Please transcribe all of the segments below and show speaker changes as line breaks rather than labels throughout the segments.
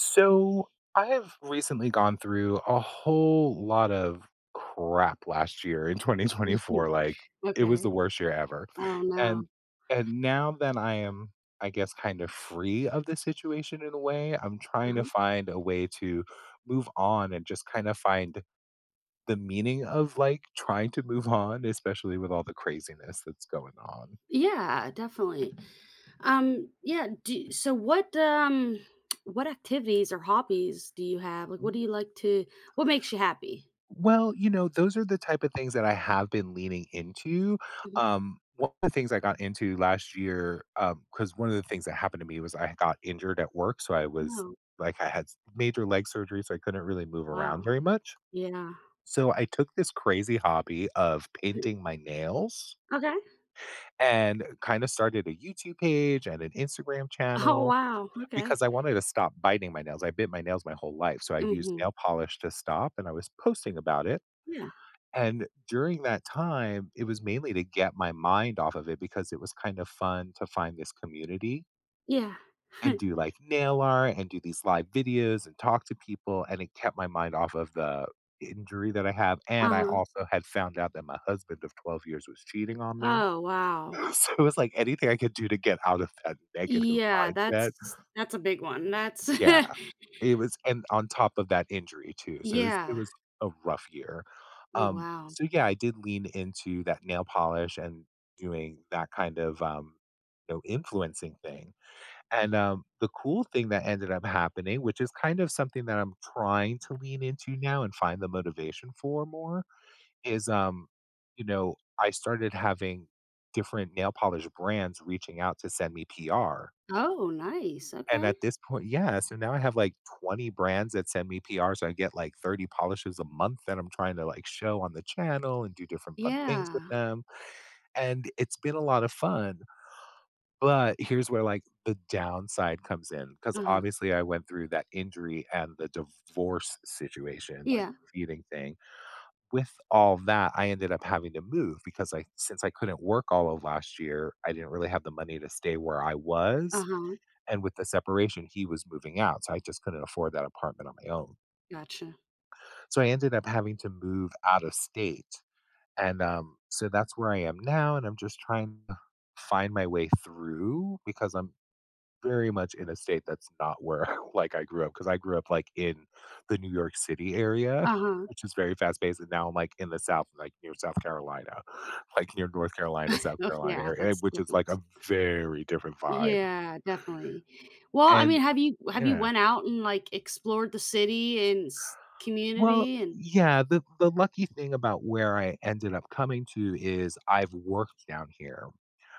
So I have recently gone through a whole lot of crap last year in
Mhm.
2024. Like it was the
Okay.
worst year ever.
Oh, no.
And and now that I am, I guess, kind of free of the situation in a way, I'm trying to
Uh-huh.
find a way to move on and just kind of find the meaning of like trying to move on, especially with all the craziness that's going on.
Yeah, definitely. Yeah, do so what activities or hobbies do you have? Like, what do you like to What makes you happy?
Well, you know, those are the type of things that I have been leaning into.
Mhm.
One of the things I got into last year, because one of the things that happened to me was I got injured at work, so I was
Oh,
like I had major leg surgery, so I couldn't really move around
wow.
very much.
Yeah.
So I took this crazy hobby of painting my nails
Okay.
and kind of started a YouTube page and an Instagram
Oh,
channel
wow. Okay.
because I wanted to stop biting my nails. I bit my nails my whole life, so I used
Mhm.
nail polish to stop and I was posting about it,
Yeah.
and during that time, it was mainly to get my mind off of it because it was kind of fun to find this community
Yeah.
and do like nail art and do these live videos and talk to people. And it kept my mind off of the injury that I have. And I
Uh-huh.
also had found out that my husband of 12 years was cheating on me.
Oh, wow.
So it was like anything I could do to get out of that negative
Yeah,
mindset.
that's a big one. That's
Yeah. It was, and on top of that injury too, so it was it
yeah.
was a rough year.
Oh,
Um,
wow.
so yeah, I did lean into that nail polish and doing that kind of, you know, influencing thing, and, the cool thing that ended up happening, which is kind of something that I'm trying to lean into now and find the motivation for more, is, you know, I started having different nail polish brands reaching out to send me PR.
Oh, nice.
And
Okay.
at this point, yeah, so now I have, like, 20 brands that send me PRs, so I get, like, 30 polishes a month that I'm trying to, like, show on the channel and do different fun things with
Yeah.
them, and it's been a lot of fun, but here's where, like, the downside comes in because
Uh-huh.
obviously I went through that injury and the divorce situation, like,
Yeah,
the feeding thing. With all that, I ended up having to move because I, since I couldn't work all of last year, I didn't really have the money to stay where I was.
uh-huh,
And with the separation, he was moving out, so I just couldn't afford that apartment on my own.
gotcha.
So I ended up having to move out of state, and, so that's where I am now, and I'm just trying to find my way through because I'm very much in a state that's not where, like, I grew up. Because I grew up, like, in the New York City area,
Uh-huh.
which is very fast-paced, and now I'm, like, in the South, like, near South Carolina, like, near North Carolina, South
Oh,
Carolina
yeah,
area,
that's
which is, like, a
different.
very different vibe,
Yeah, definitely. Well, I
and
mean, have you
yeah.
went out and, like, explored the city and s
Well,
community and
yeah, the lucky thing about where I ended up coming to is I've worked down here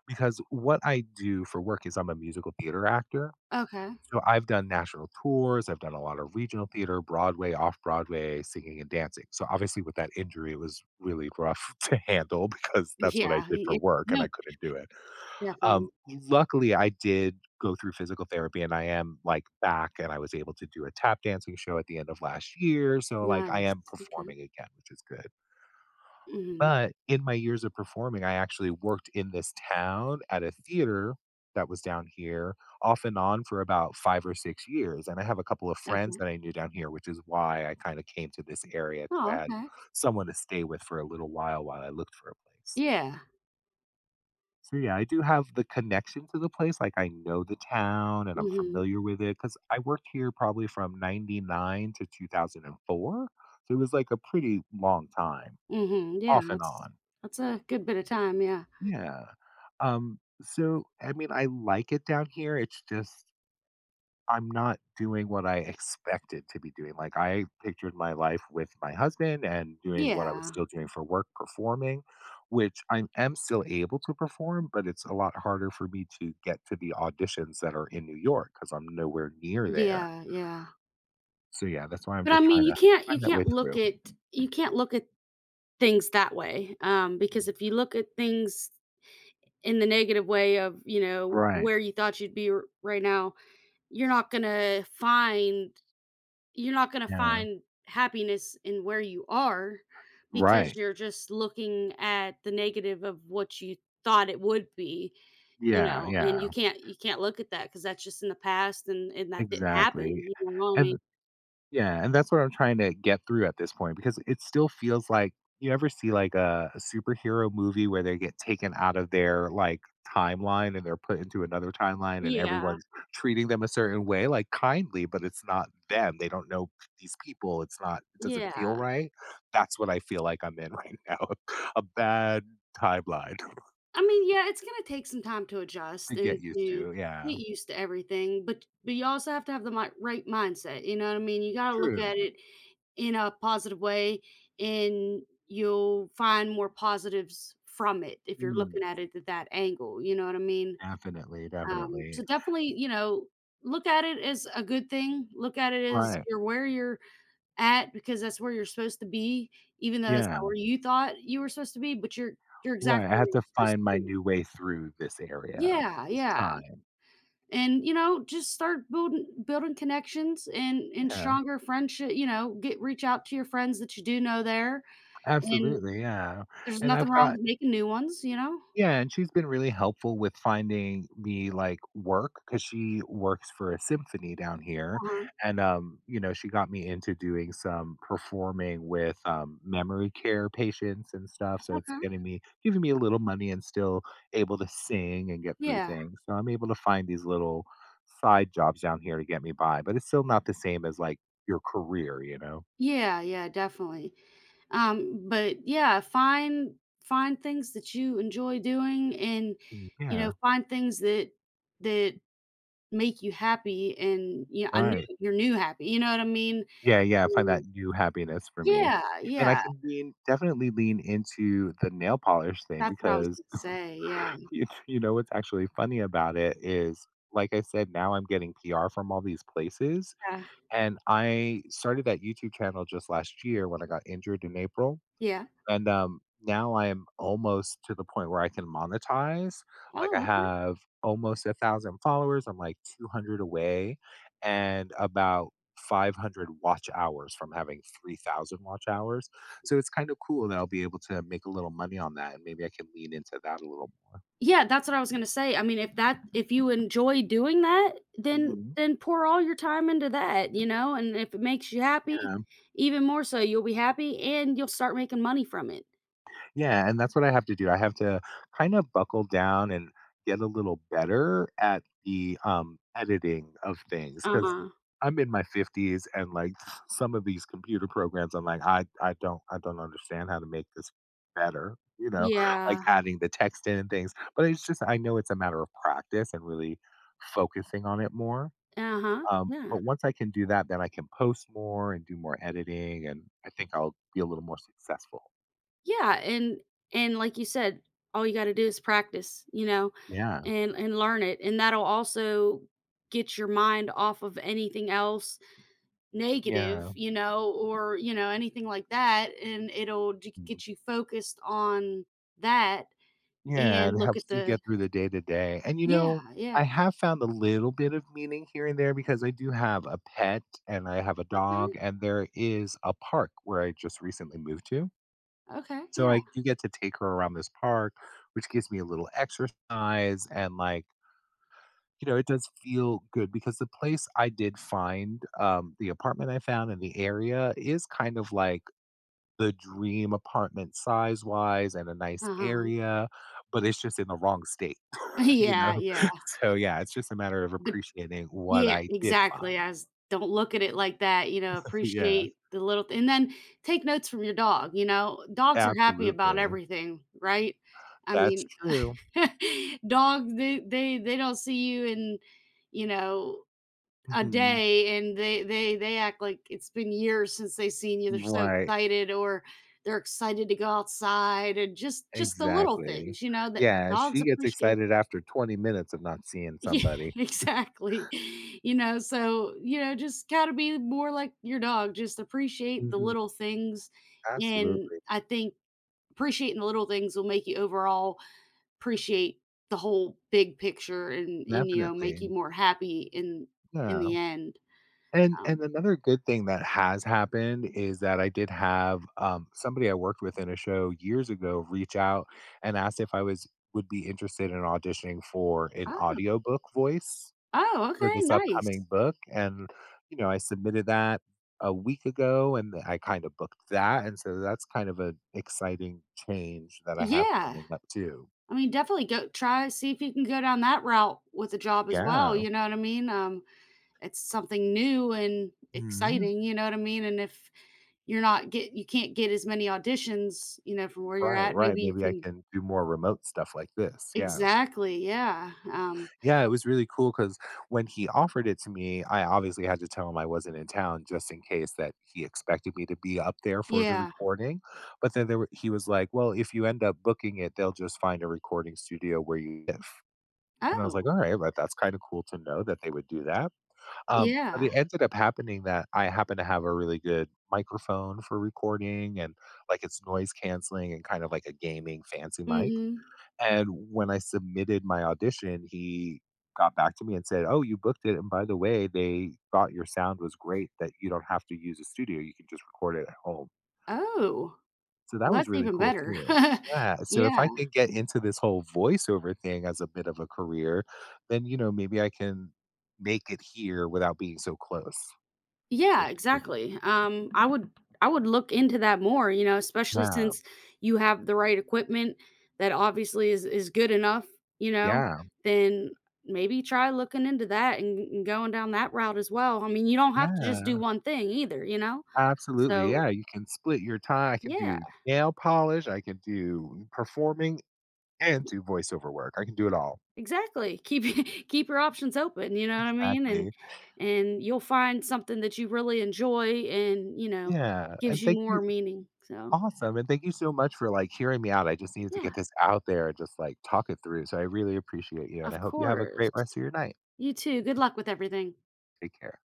because what I do for work is I'm a musical theater actor.
okay.
So I've done national tours, I've done a lot of regional theater, Broadway, off Broadway, singing and dancing. So obviously with that injury it was really rough to handle because that's what I
Yeah,
did for
y y
work and
no,
I couldn't do it.
definitely.
Luckily, I did go through physical therapy and I am like back, and I was able to do a tap dancing show at the end of last year. So, like, I
Nice,
am
okay.
performing again, which is good.
Mhm,
But in my years of performing, I actually worked in this town at a theater that was down here off and on for about 5 or 6 years. And I have a couple of friends
okay.
that I knew down here, which is why I kind of came to this area because
Oh,
I had
okay.
someone to stay with for a little while I looked for a place.
Yeah.
So, yeah, I do have the connection to the place, like, I know the town and I'm
Mhm,
familiar with it because I worked here probably from '99 to 2004, so it was, like, a pretty long time,
mhm, yeah,
off and
that's
on.
that's a good bit of time, yeah.
Yeah. So, I mean, I like it down here, it's just I'm not doing what I expected to be doing. Like, I pictured my life with my husband and doing what I was
Yeah,
still doing for work, performing, which I am still able to perform, but it's a lot harder for me to get to the auditions that are in New York because I'm nowhere near there.
yeah, yeah.
So, yeah, that's why I'm
But, I
just
mean,
trying to find that way through.
you can't look at things that way, because if you look at things in the negative way of, you know,
Right.
where you thought you'd be right now, you're not going to find you're not going to
Yeah.
find happiness in where you are because
Right.
you're just looking at the negative of what you thought it would be, you
Yeah.
know, and you
Yeah.
can't you can't look at that cuz that's just in the past and that didn't happen,
Exactly.
you know what I mean?
And yeah, and that's what I'm trying to get through at this point because it still feels like, you ever see like a superhero movie where they get taken out of their like timeline and they're put into another timeline, and
Yeah.
everyone's treating them a certain way like kindly, but it's not them, they don't know these people, it's not, it doesn't feel
Yeah.
right. That's what I feel like I'm in right now, a bad timeline.
I mean, yeah, it's gonna take some time to
To
adjust
get
and
used
to
to, yeah.
get used to everything, but you also have to have the mi right mindset, you know what I mean? You gotta look
True.
at it in a positive way, and you'll find more positives from it if you're looking
Mm,
at it at that angle, you know what I mean?
definitely
Um,
definitely
so definitely, you know, look at it as a good thing, look at it as
Right,
you're where you're at because that's where you're supposed to be, even though that's
yeah.
not where you thought you were supposed to be, but you're
Right, I
exactly where
have
you're
to
supposed
find
to
my
be.
new way through this area,
Yeah,
this
yeah,
time.
and, you know, just start building connections and
Yeah,
stronger friendship you know, get reach out to your friends that you do know there, and
absolutely, yeah,
there's
and
nothing
I've
wrong
got,
with making new ones, you know?
yeah, and she's been really helpful with finding me like work because she works for a symphony down here,
Uh-huh.
and you know, she got me into doing some performing with memory care patients and stuff. So it's
Okay.
getting me, giving me a little money, and still able to sing and get through
Yeah.
things. So I'm able to find these little side jobs down here to get me by, but it's still not the same as like your career, you know?
Yeah, yeah, definitely, but, yeah, find things that you enjoy doing and,
Mm,
you
yeah,
know, find things that that make you happy and, you know, a new
right.
your new happy, you know what I mean?
Yeah, yeah, I find
Mm,
that new happiness for me.
yeah,
And I
yeah.
can lean, definitely lean into the nail polish thing
That's what I was
because
gonna say, yeah,
you know what's actually funny about it is, like I said, now I'm getting PR from all these places.
yeah,
And I started that YouTube channel just last year when I got injured in April.
yeah.
And, now I am almost to the point where I can monetize. Like, I
Oh, okay.
have almost 1,000 followers. I'm, like, 200 away and about 500 watch hours from having 3,000 watch hours. So it's kind of cool that I'll be able to make a little money on that, and maybe I can lean into that a little more.
Yeah, that's what I was gonna say, I mean, if you enjoy doing that, then
Mhm,
pour all your time into that, you know, and if it makes you
yeah.
happy, even more so, you'll be happy and you'll start making money from it.
Yeah, and that's what I have to do. I have to kind of buckle down and get a little better at the editing of things because
Uh-huh.
I'm in my 50s and like some of these computer programs, I'm like, I don't understand how to make this better. You know, like
Yeah,
adding the text in and things. But it's just I know it's a matter of practice and really focusing on it more.
uh-huh, yeah.
But once I can do that, then I can post more and do more editing, and I think I'll be a little more successful.
Yeah, and like you said, all you gotta do is practice, you know,
Yeah,
and learn it, and that'll also get your mind off of anything else negative,
yeah.
you know, or, you know, anything like that, and it'll j
Mm.
get you focused on that
Yeah,
and
it
look
helps
at
you
the
get through the day to day. And, you know,
yeah,
I
yeah.
have found a little bit of meaning here and there because I do have a pet and I have a
Okay,
dog, and there is a park where I just recently moved to.
okay,
So
yeah.
I do get to take her around this park, which gives me a little exercise and, like, you know, it does feel good because the place I did find, the apartment I found in the area is kind of like the dream apartment size wise and a nice
Uh-huh.
area, but it's just in the wrong state. You
Yeah,
know?
yeah.
So, yeah, it's just a matter of
But
appreciating what
yeah,
I did find.
exactly, I s don't look at it like that, you know,
Yeah,
appreciate the and then take notes from your dog, you know? Dogs are happy about
absolutely.
everything, right? I
That's
mean,
true.
dogs, they don't see you and, you know a
Mhm.
day and they act like it's been years since they've seen you. They're so
Right,
excited or they're excited to go outside and just the little
exactly.
things, you know, that
Yeah,
dogs
she gets
appreciate.
excited after 20 minutes of not seeing
Yeah,
somebody.
exactly. You know, so, you know, just got to be more like your dog. Just appreciate the
Mhm.
little things and
Absolutely.
I think appreciating the little things will make you overall appreciate the whole big picture and you know,
Definitely.
make you more happy in
Yeah.
the end.
And
Um,
another good thing that has happened is that I did have, somebody I worked with in a show years ago reach out and asked if I was would be interested in auditioning for an
Oh,
audiobook voice
oh,
for
okay,
this
nice.
upcoming book, and, you know, I submitted that a week ago, and I kinda booked that, and so that's kind of an exciting change that I have
Yeah.
coming up too.
I mean, definitely go try see if you can go down that route with a job as well,
Yeah.
you know what I mean? It's something new and
Mhm.
exciting, you know what I mean? And if you can't get as many auditions, you know, from where you're
Right,
at,
right,
maybe you
maybe I
can
can do more remote stuff like this, yeah.
exactly, yeah,
Yeah, it was really cool because when he offered it to me, I obviously had to tell him I wasn't in town just in case that he expected me to be up there for the
yeah.
recording, but then there were he was like, "Well, if you end up booking it, they'll just find a recording studio where you live." And I was like,
Oh.
"Alright, but that's kinda cool to know that they would do that." But
Yeah,
it ended up happening that I happen to have a really good microphone for recording and, like, it's noise canceling and kind of like a gaming fancy mic.
mhm.
And when I submitted my audition, he got back to me and said, "Oh, you booked it, and by the way, they thought your sound was great that you don't have to use a studio, you can just record it at home."
Oh,
So that
well,
was
that's
really
even
cool
better.
too. Yeah, so if
Yeah,
I can get into this whole voiceover thing as a bit of a career, then, you know, maybe I can make it here without being so close to
yeah,
the city.
exactly. I would look into that more, you know, especially
Yeah,
since you have the right equipment that obviously is good enough, you know,
yeah,
then maybe try looking into that and going down that route as well. I mean, you don't have to just do
yeah.
one thing either, you know?
Absolutely,
So,
yeah, you can split your time, I can
yeah.
do nail polish, I can do performing and do voiceover work. I can do it all.
Exactly. Keep keep your options open, you know what I mean? And
Exactly.
you'll find something that you really enjoy and, you know,
Yeah,
gives
and
you
thank you,
more meaning. So,
awesome, and thank you so much for, like, hearing me out. I just needed to
yeah,
get this out there and just, like, talk it through, so I really appreciate you, and I
of
hope you have a great
course.
rest of your night.
You too. Good luck with everything.
Take care.